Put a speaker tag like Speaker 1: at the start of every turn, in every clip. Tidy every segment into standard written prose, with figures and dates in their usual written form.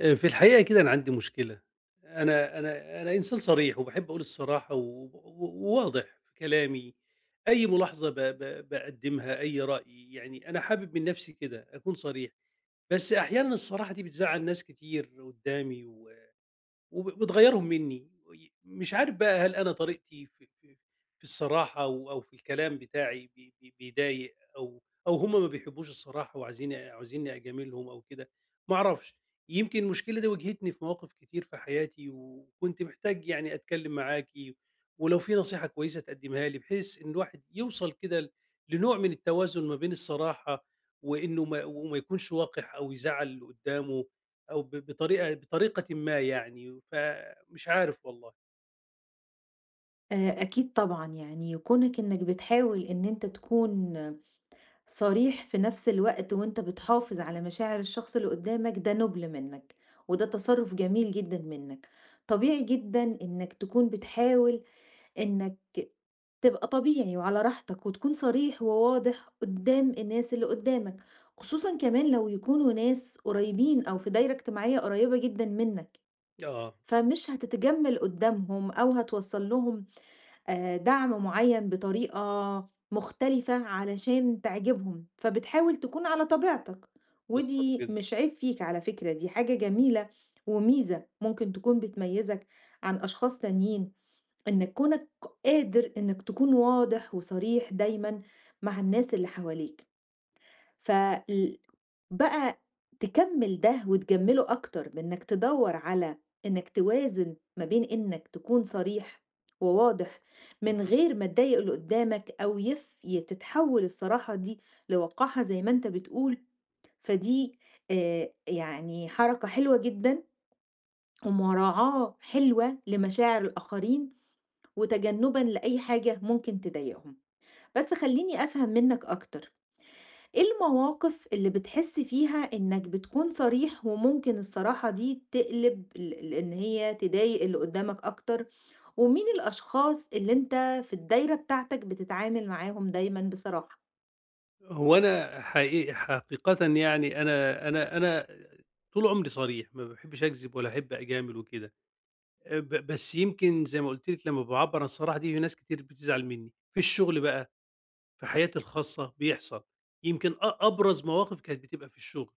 Speaker 1: في الحقيقة كده أنا عندي مشكلة، أنا إنسان صريح وباحب أقول الصراحة و و- وواضح في كلامي، أي ملاحظة ب ب باقدّمها، أي رأي، يعني أنا حابب من نفسي كده أكون صريح، بس أحيانًا الصراحة دي بتزعّل ناس كتير قدّامي و بتغيّرهم منّي، مش عارف بقى هل أنا طريقتي في الصراحة أو في الكلام بتاعي بي بي بيضايق أو هم ما بيحبّوش الصراحة عاوزينّي أجاملهم أو كده، ما أعرفش. يمكن المشكلة دي واجهتني في مواقف كتير في حياتي وكنت محتاج يعني أتكلّم معاكِ، ولو في نصيحة كويسة تقدّمها لي بحيث إن الواحد يوصل كده ل لنوع من التوازن ما بين الصراحة وإنه ما وما يكونش وَقِح أو يزعّل اللي قُدّامه أو ب بطريقة بطريقةٍ ما يعني، فمش عارف والله.
Speaker 2: أكيد طبعًا، يعني كونك إنك بتحاول إن أنت تكون صريح في نفس الوقت وأنت بتحافظ على مشاعر الشخص اللي قدّامك ده نُبل منّك، وده تصرُّف جميل جدًا منّك. طبيعي جدًا إنك تكون بتحاول إنك تبقى طبيعي وعلى راحتك وتكون صريح وواضح قدّام الناس اللي قدّامك، خصوصًا كمان لو يكونوا ناس قريّبين أو في دايرة اجتماعية قريّبة جدًا منّك،
Speaker 1: آه،
Speaker 2: فمش هتتجمّل قدّامهم أو هتوصّل لهم دعم معيّن بطريقة مختلفة علشان تعجبهم، فبتحاول تكون على طبيعتك،
Speaker 1: بالضبط
Speaker 2: ودي
Speaker 1: كده.
Speaker 2: مش عيب فيك على فكرة، دي حاجة جميلة وميزة ممكن تكون بتميّزك عن أشخاص تانيين، إنك كونك قادر إنك تكون واضح وصريح دايمًا مع الناس اللي حواليك. فال بقى تكمّل ده وتجمّله أكتر بإنّك تدوّر على إنّك توازن ما بين إنّك تكون صريح وواضح من
Speaker 1: اهم.
Speaker 2: غير ما تضايق اللي قدّامك أو يف ي تتحوّل الصراحة دي لوقاحة زي ما أنت بتقول، فدي يعني حركة حلوة جدًا ومراعاة حلوة لمشاعر الآخرين وتجنُّبًا لأي حاجة ممكن تضايقهم. بس خلّيني أفهم منّك أكتر. إيه المواقف اللي بتحس فيها إنك بتكون صريح وممكن الصراحة دي تقلب ل إن هي تضايق اللي قدّامك أكتر، ومين الأشخاص اللي أنت في الدايرة بتاعتك بتتعامل معاهم دايمًا بصراحة؟
Speaker 1: هو أنا حقيقةً يعني أنا طول عمري صريح، ما باحبش أكذب ولا أحب أجامل وكده. ب بس يمكن زي ما قُلت لِك لمّا باعبّر عن الصراحة دي في ناس كتير بتزعل منّي. في الشغل بقى، في حياتي الخاصة بيحصل. يمكن أبرز مواقف كانت بتبقى في الشغل.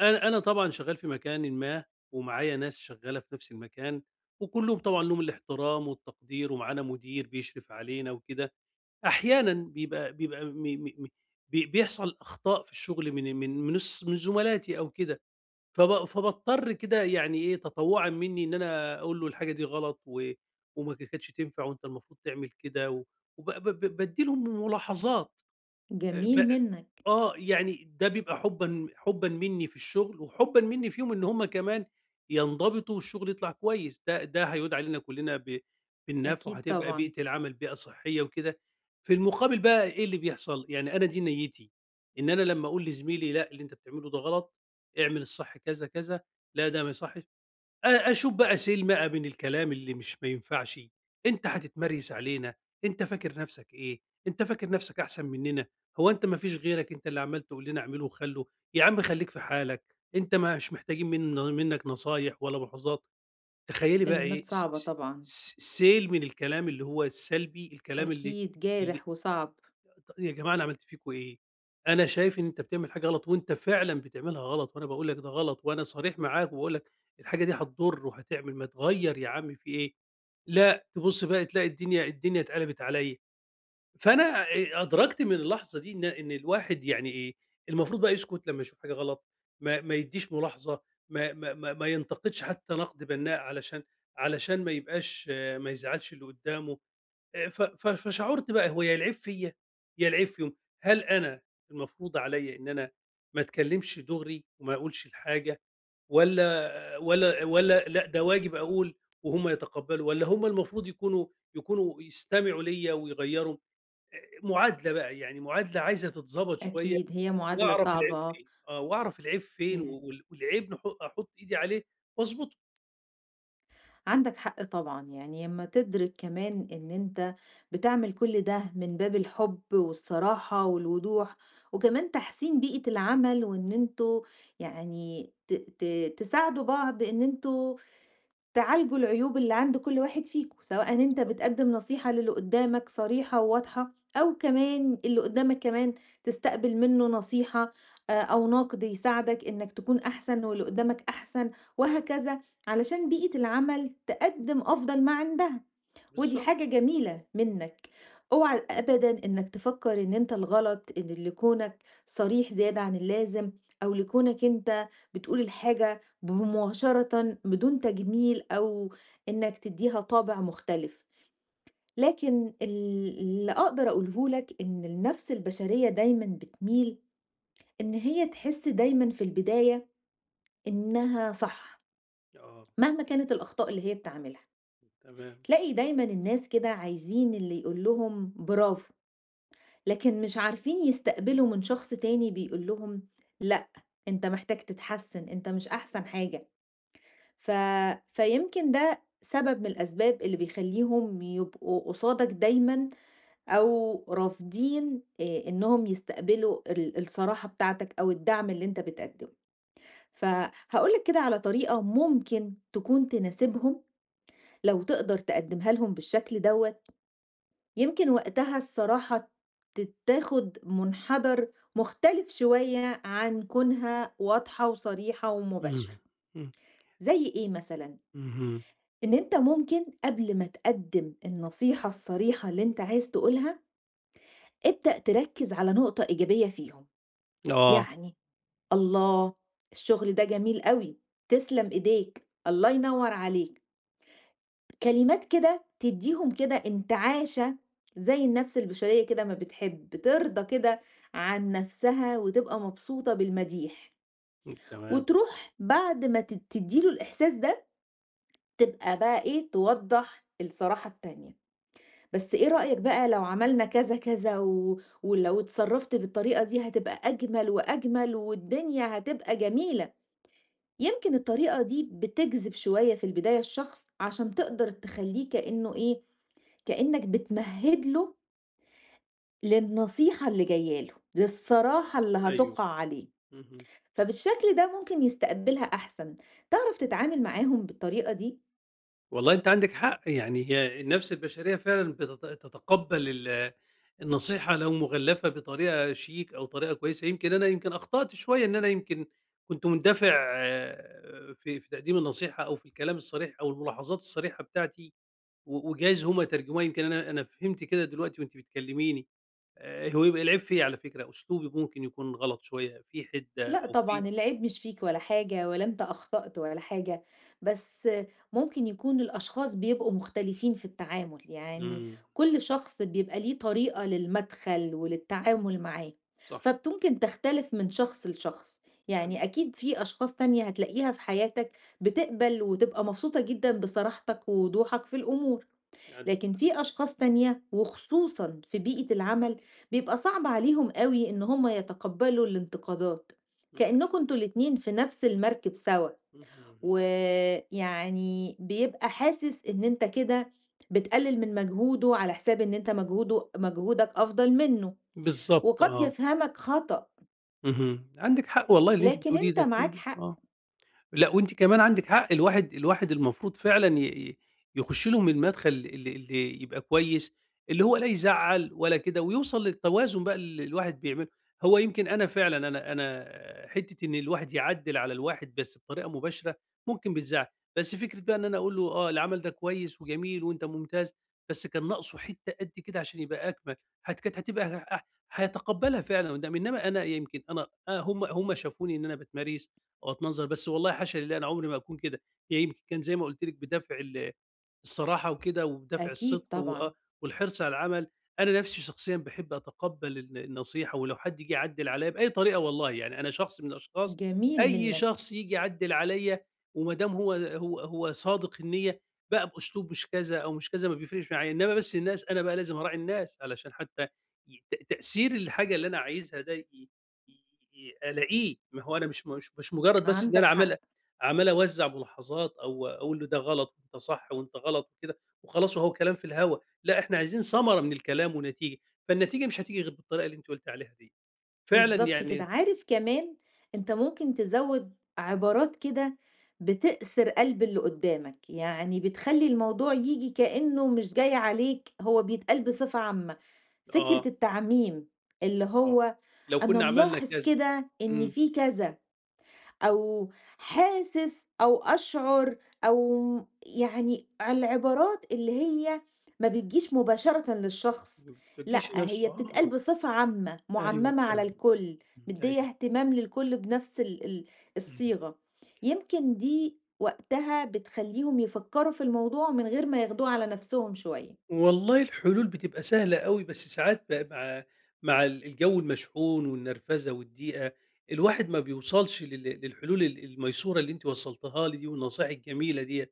Speaker 1: أنا طبعًا شغّال في مكانٍ ما، ومعايا ناس شغّالة في نفس المكان، وكلّهم طبعًا ليهم الاحترام والتقدير، ومعانا مدير بيشرف علينا وكده. أحيانًا بيبقى بيبقى م م م بي بيحصل أخطاء في الشغل من زملاتي أو كده، فب فباضطر كده يعني إيه تطوعًا مني إن أنا أقول له الحاجة دي غلط و وما كانتش تنفع وأنت المفروض تعمل كده، و وب ب ب بادّي لهم ملاحظات، ب
Speaker 2: جميل منّك.
Speaker 1: آه، يعني ده بيبقى حُبًا منّي في الشغل، وحُبًا منّي فيهم إن هُم كمان ينضبطوا والشغل يطلع كويس، ده هيعود علينا كلّنا بالنفع،
Speaker 2: أكيد
Speaker 1: وهتبقى
Speaker 2: طبعًا.
Speaker 1: بيئة العمل بيئة صحية وكده. في المقابل بقى إيه اللي بيحصل، يعني أنا دي نيّتي، إن أنا لمّا أقول لزميلي لأ، اللي أنت بتعمله ده غلط، اعمل الصح كذا، كذا، لا ده ما يصحش. أشوف بقى سلمة من الكلام اللي مش ما ينفعش، أنت هتتمريس علينا، أنت فاكر نفسك إيه، أنت فاكر نفسك أحسن مننا، هو أنت ما فيش غيرك أنت اللي عمّال تقول لنا اعملوا وخلّوا، يا عم خلّيك في حالك، أنت مش محتاجين منك نصايح ولا مؤاخذات، تخيّلي بقى
Speaker 2: كلمات
Speaker 1: إيه س
Speaker 2: صعبة
Speaker 1: س
Speaker 2: طبعًا.
Speaker 1: س سيل من الكلام اللي هو السلبي، الكلام اللي
Speaker 2: أكيد
Speaker 1: اللي
Speaker 2: جارح وصعب.
Speaker 1: ط يا جماعة أنا عملت فيكم إيه؟ أنا شايف إن أنت بتعمل حاجة غلط وأنت فعلًا بتعملها غلط، وأنا باقول لك ده غلط وأنا صريح معاك وباقول لك الحاجة دي هتضر وهتعمل، ما تغيّر يا عم في إيه؟ لأ، تبُص بقى تلاقي الدنيا اتقلبت عليَّ، فأنا أدركت من اللحظة دي إن الواحد يعني إيه، المفروض بقى يسكت لمّا يشوف حاجة غلط، ما يدّيش ملاحظة، ما ينتقدش حتى نقد بنّاء علشان ما يبقاش آه، ما يزعّلش اللي قدّامه. ف ف فشعُرت بقى هو يا العيب فيّا، يا العيب فيهم. هل أنا المفروض عليّا إن أنا ما اتكلّمش دُغري وما أقولش الحاجة والّا لأ ده واجب أقول وهُم يتقبّلوا والّا هم المفروض يكونوا يستمعوا ليّا ويغيّروا؟ آآ معادلة بقى، يعني معادلة عايزة تتضبط شوية
Speaker 2: أكيد هي معادلة
Speaker 1: وأعرف العيب
Speaker 2: صعبة،
Speaker 1: فين، آه، وأعرف العيب فين و
Speaker 2: يعني.
Speaker 1: وال والعيب أحُط إيدي عليه وأضبطه.
Speaker 2: عندك حق طبعا، يعني لما تدرك كمان ان انت بتعمل كل ده من باب الحب والصراحة والوضوح، وكمان تحسين بيئة العمل، وان انتوا يعني تساعدوا بعض، ان انتوا تعالجوا العيوب اللي عند كل واحد فيكم، سواء أنت
Speaker 1: بالضبط،
Speaker 2: بتقدّم نصيحة للي قدّامك صريحة وواضحة، أو كمان اللي قدّامك كمان تستقبل منّه نصيحة أو نقد يساعدك إنّك تكون أحسن واللي قدّامك أحسن، وهكذا، علشان بيئة العمل تقدّم أفضل ما عندها. ودي
Speaker 1: بالضبط.
Speaker 2: حاجة جميلة منّك، اوعى أبدًا إنّك تفكّر إن أنت الغلط، إن لكونك صريح زيادة عن اللازم، أو لكونك أنت بتقول الحاجة مباشرةً بدون تجميل، أو إنّك تدّيها طابع مختلف. لكن اللي أقدر أقوله لك إن النَفْس البشرية دايمًا بتميل إن هي تحس دايمًا في البداية إنّها صح،
Speaker 1: آه،
Speaker 2: مهما كانت الأخطاء اللي هي بتعملها.
Speaker 1: تمام.
Speaker 2: تلاقي دايمًا الناس كده عايزين اللي يقول لهم برافو. لكن مش عارفين يستقبلوا من شخص تاني بيقول لهم لأ، أنت محتاج تتحسّن، أنت مش أحسن حاجة. ف فيمكن ده سبب من الأسباب اللي بيخلّيهم يبقوا قصادك دايمًا، أو رافضين إنّهم يستقبلوا الصراحة بتاعتك أو الدعم اللي أنت بتقدّمه. فهاقول لك كده على طريقة ممكن تكون تناسبهم، لو تقدر تقدّمها لهم بالشكل دوّة، يمكن وقتها الصراحة تاخد منحدر مختلف شوية عن كونها واضحة وصريحة ومباشرة.
Speaker 1: إمم. إمم.
Speaker 2: زي إيه مثلًا؟
Speaker 1: اهم.
Speaker 2: إن أنت ممكن قبل ما تقدّم النصيحة الصريحة اللي أنت عايز تقولها، ابدأ تركّز على نقطة إيجابية فيهم،
Speaker 1: آه.
Speaker 2: يعني: الله! الشغل ده جميل أوي، تسلم إيديك، الله ينور عليك. كلمات كده تدّيهم كده انتعاشة، زي النَفْس البشرية كده ما بتحب، ترضى كده عن نَفْسها وتبقى مبسوطة بالمديح،
Speaker 1: إمم، تمام،
Speaker 2: وتروح بعد ما تدّي له الإحساس ده، تبقى بقى إيه، توضّح الصراحة التانية. بس إيه رأيك بقى لو عملنا كذا، كذا، ولو اتصرّفت بالطريقة دي هتبقى أجمل وأجمل والدنيا هتبقى جميلة. يمكن الطريقة دي بتجذب شوية في البداية الشخص، عشان تقدر تخلّيه كإنه إيه، كأنك بتمهد له للنصيحة اللي جاية له، للصراحة اللي
Speaker 1: أيوه،
Speaker 2: هتُقع عليه،
Speaker 1: اهم.
Speaker 2: فبالشكل ده ممكن يستقبلها أحسن، تعرف تتعامل معاهم بالطريقة دي.
Speaker 1: والله أنت عندك حق، يعني هي النفس البشرية فعلًا تتقبّل النصيحة لو مُغلّفة بطريقة شيك أو طريقة كويسة، يمكن أنا يمكن أخطأت شوية إن أنا يمكن كنت مندفع آه، في تقديم النصيحة أو في الكلام الصريح أو الملاحظات الصريحة بتاعتي وجايز هُم ترجموها يمكن أنا فهمت كده دلوقتي وأنتِ بتكلميني، هو يبقى العيب فيّا على فكرة، أسلوبي ممكن يكون غلط شوية، في حِدّة
Speaker 2: لأ
Speaker 1: أو في
Speaker 2: طبعًا، العيب مش فيك ولا حاجة، ولا أنت أخطأت ولا حاجة، بس ممكن يكون الأشخاص بيبقوا مختلفين في التعامل، يعني
Speaker 1: إمم،
Speaker 2: كل شخص بيبقى ليه طريقة للمدخل وللتعامل معاه،
Speaker 1: صح،
Speaker 2: فبتمكن تختلف من شخص لشخص.
Speaker 1: عندِك
Speaker 2: يعني أكيد في أشخاص تانية هتلاقيها في حياتك بتقبل وتبقى مبسوطة جدًا بصراحتك ووضوحك في الأمور.
Speaker 1: عندِك
Speaker 2: لكن في أشخاص تانية، وخصوصًا في بيئة العمل، بيبقى صعب عليهم أوي إن هم يتقبّلوا الانتقادات،
Speaker 1: إمم.
Speaker 2: كإنّكم أنتم الاتنين في نفس المركب سوا،
Speaker 1: اهم،
Speaker 2: ويعني بيبقى حاسس إن أنت كده بتقلل من مجهوده، على حساب إن أنت مجهوده مجهودك أفضل منّه،
Speaker 1: بالضبط
Speaker 2: وقد
Speaker 1: آه،
Speaker 2: يفهمك خطأ،
Speaker 1: اهم، عندِك حق والله اللي أنتِ
Speaker 2: لكن
Speaker 1: بتقوليه
Speaker 2: أنت
Speaker 1: ده
Speaker 2: معاك
Speaker 1: كلّه،
Speaker 2: حق.
Speaker 1: آه. لأ، وأنتِ كمان عندِك حق، الواحد المفروض فعلًا ي ي يخش لهم من المدخل اللي يبقى كويس، اللي هو لا يزعّل ولا كده، ويوصل للتوازن بقى اللي الواحد بيعمله. هو يمكن أنا فعلًا أنا حتّة إن الواحد يعدّل على الواحد بس بطريقة مباشرة ممكن بتزعّل، بس فكرة بقى إن أنا أقول له آه، العمل ده كويس وجميل وأنت ممتاز، بس كان ناقصه حتّة قد كده عشان يبقى أكمل، هت كانت هتبقى ه هيتقبّلها فعلًا قدّام، إنّما أنا يمكن آه، هم شافوني إن أنا باتماريس واتنظر، بس والله حاشا لله أنا عمري ما أكون كده، هي يمكن كان زي ما قُلت لِك بدافع الصراحة وكده وبدافع
Speaker 2: أكيد
Speaker 1: الصدق
Speaker 2: طبعًا.
Speaker 1: وآه، والحرص على العمل، أنا نَفْسي شخصيًا باحب أتقبّل النصيحة ولو حد جِه يعدِّل عليّا بأي طريقة والله، يعني أنا شخص من الأشخاص
Speaker 2: جميل
Speaker 1: أي
Speaker 2: منّك.
Speaker 1: شخص ييجي يعدِّل عليّا وما دام هو صادق النيّة بقى بأسلوب مش كذا أو مش كذا ما بيفرقش معايا، إنّما بس الناس أنا بقى لازم أراعي الناس علشان حتى ي ت تأثير الحاجة اللي أنا عايزها ده ي ي ألاقيه، ما هو أنا مش مجرّد بس إن أنا
Speaker 2: عندك حق.
Speaker 1: عمّال أوزّع ملاحظات أو أقول له ده غلط وأنت صح وأنت غلط وكده وخلاص وهو كلام في الهوا، لأ إحنا عايزين ثمرة من الكلام ونتيجة، فالنتيجة مش هتيجي غير بالطريقة اللي أنتِ قُلتِ عليها دي، فعلًا
Speaker 2: بالضبط كده.
Speaker 1: يعني
Speaker 2: عارف كمان أنت ممكن تزوّد عبارات كده بتأسر قلب اللي قدّامك، يعني بتخلّي الموضوع ييجي كإنه مش جاي عليك، هو بيتقال بصفة عامة. فكرة
Speaker 1: آه،
Speaker 2: التعميم، اللي
Speaker 1: آه،
Speaker 2: هو:
Speaker 1: لو
Speaker 2: أنا
Speaker 1: كنا عملنا
Speaker 2: ملاحظ
Speaker 1: كذا
Speaker 2: كده إن
Speaker 1: إمم،
Speaker 2: في كذا. أو حاسس، أو أشعر، أو يعني العبارات اللي هي ما بتجيش مباشرةً للشخص،
Speaker 1: ما بتتوجّهش
Speaker 2: لأ
Speaker 1: نفْسه
Speaker 2: هي بتتقال
Speaker 1: آه،
Speaker 2: بصفة عامة،
Speaker 1: أيوه
Speaker 2: مُعمّمة على
Speaker 1: فاهمِك،
Speaker 2: الكل،
Speaker 1: إمم،
Speaker 2: مديّة
Speaker 1: أيوه،
Speaker 2: اهتمام للكل بنفس ال ال
Speaker 1: إمم.
Speaker 2: الصيغة، يمكن دي وقتها بتخلّيهم يفكّروا في الموضوع من غير ما ياخدوه على نفسهم شوية.
Speaker 1: والله الحلول بتبقى سهلة أوي، بس ساعات بقى مع الجو المشحون والنرفزة والضيقة، الواحد ما بيوصلش لل للحلول الميسورة اللي أنتِ وصّلتيها لي دي والنصايح الجميلة ديّة،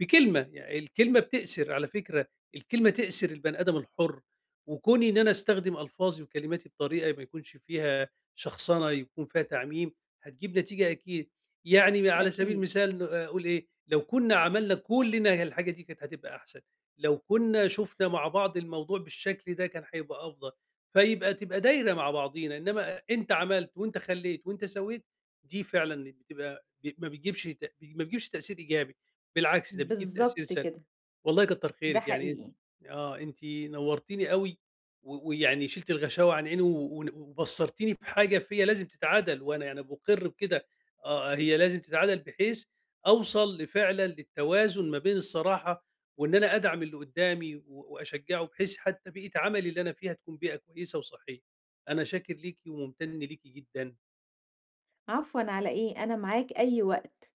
Speaker 1: بكلمة، يعني الكلمة بتأسر على فكرة، الكلمة تأسر البني آدم الحُر، وكوني إن أنا أستخدم ألفاظي وكلماتي بطريقة ما يكونش فيها شخصنة، يكون فيها تعميم، هتجيب نتيجة أكيد، يعني على سبيل
Speaker 2: أكيد.
Speaker 1: المثال آه، أقول إيه، لو كنا عملنا كلنا الحاجة دي كانت هتبقى أحسن. لو كنا شُفنا مع بعض الموضوع بالشكل ده كان هيبقى أفضل، تبقى دايرة مع بعضينا، إنّما أنت عملت وأنت خلّيت وأنت سويت، دي فعلًا بتبقى ب ما بتجيبش ت ما بتجيبش تأثير إيجابي، بالعكس ده بتجيب تأثير
Speaker 2: بالضبط
Speaker 1: سلبي.
Speaker 2: كده.
Speaker 1: والله كتّر
Speaker 2: ده
Speaker 1: خيرِك، يعني أنتِ
Speaker 2: حقيقي.
Speaker 1: آه، أنتِ نوّرتيني أوي ويعني شِلتِ الغشاوة عن عيني و و- وبصّرتيني بحاجة فيّا لازم تتعدل وأنا مُقِر بكده، آه، هي لازم تتعدل بحيث أوصل لفعلًا للتوازن ما بين الصراحة وإن أنا أدعم اللي قُدّامي وأشجّعه بحيث حتّى بيئة عملي اللي أنا فيها تكون بيئة كويسة وصحّية. أنا شاكر ليكِ ومُمتَن ليكِ جدًا.
Speaker 2: عفوًا، على إيه، أنا معاك أي وقت.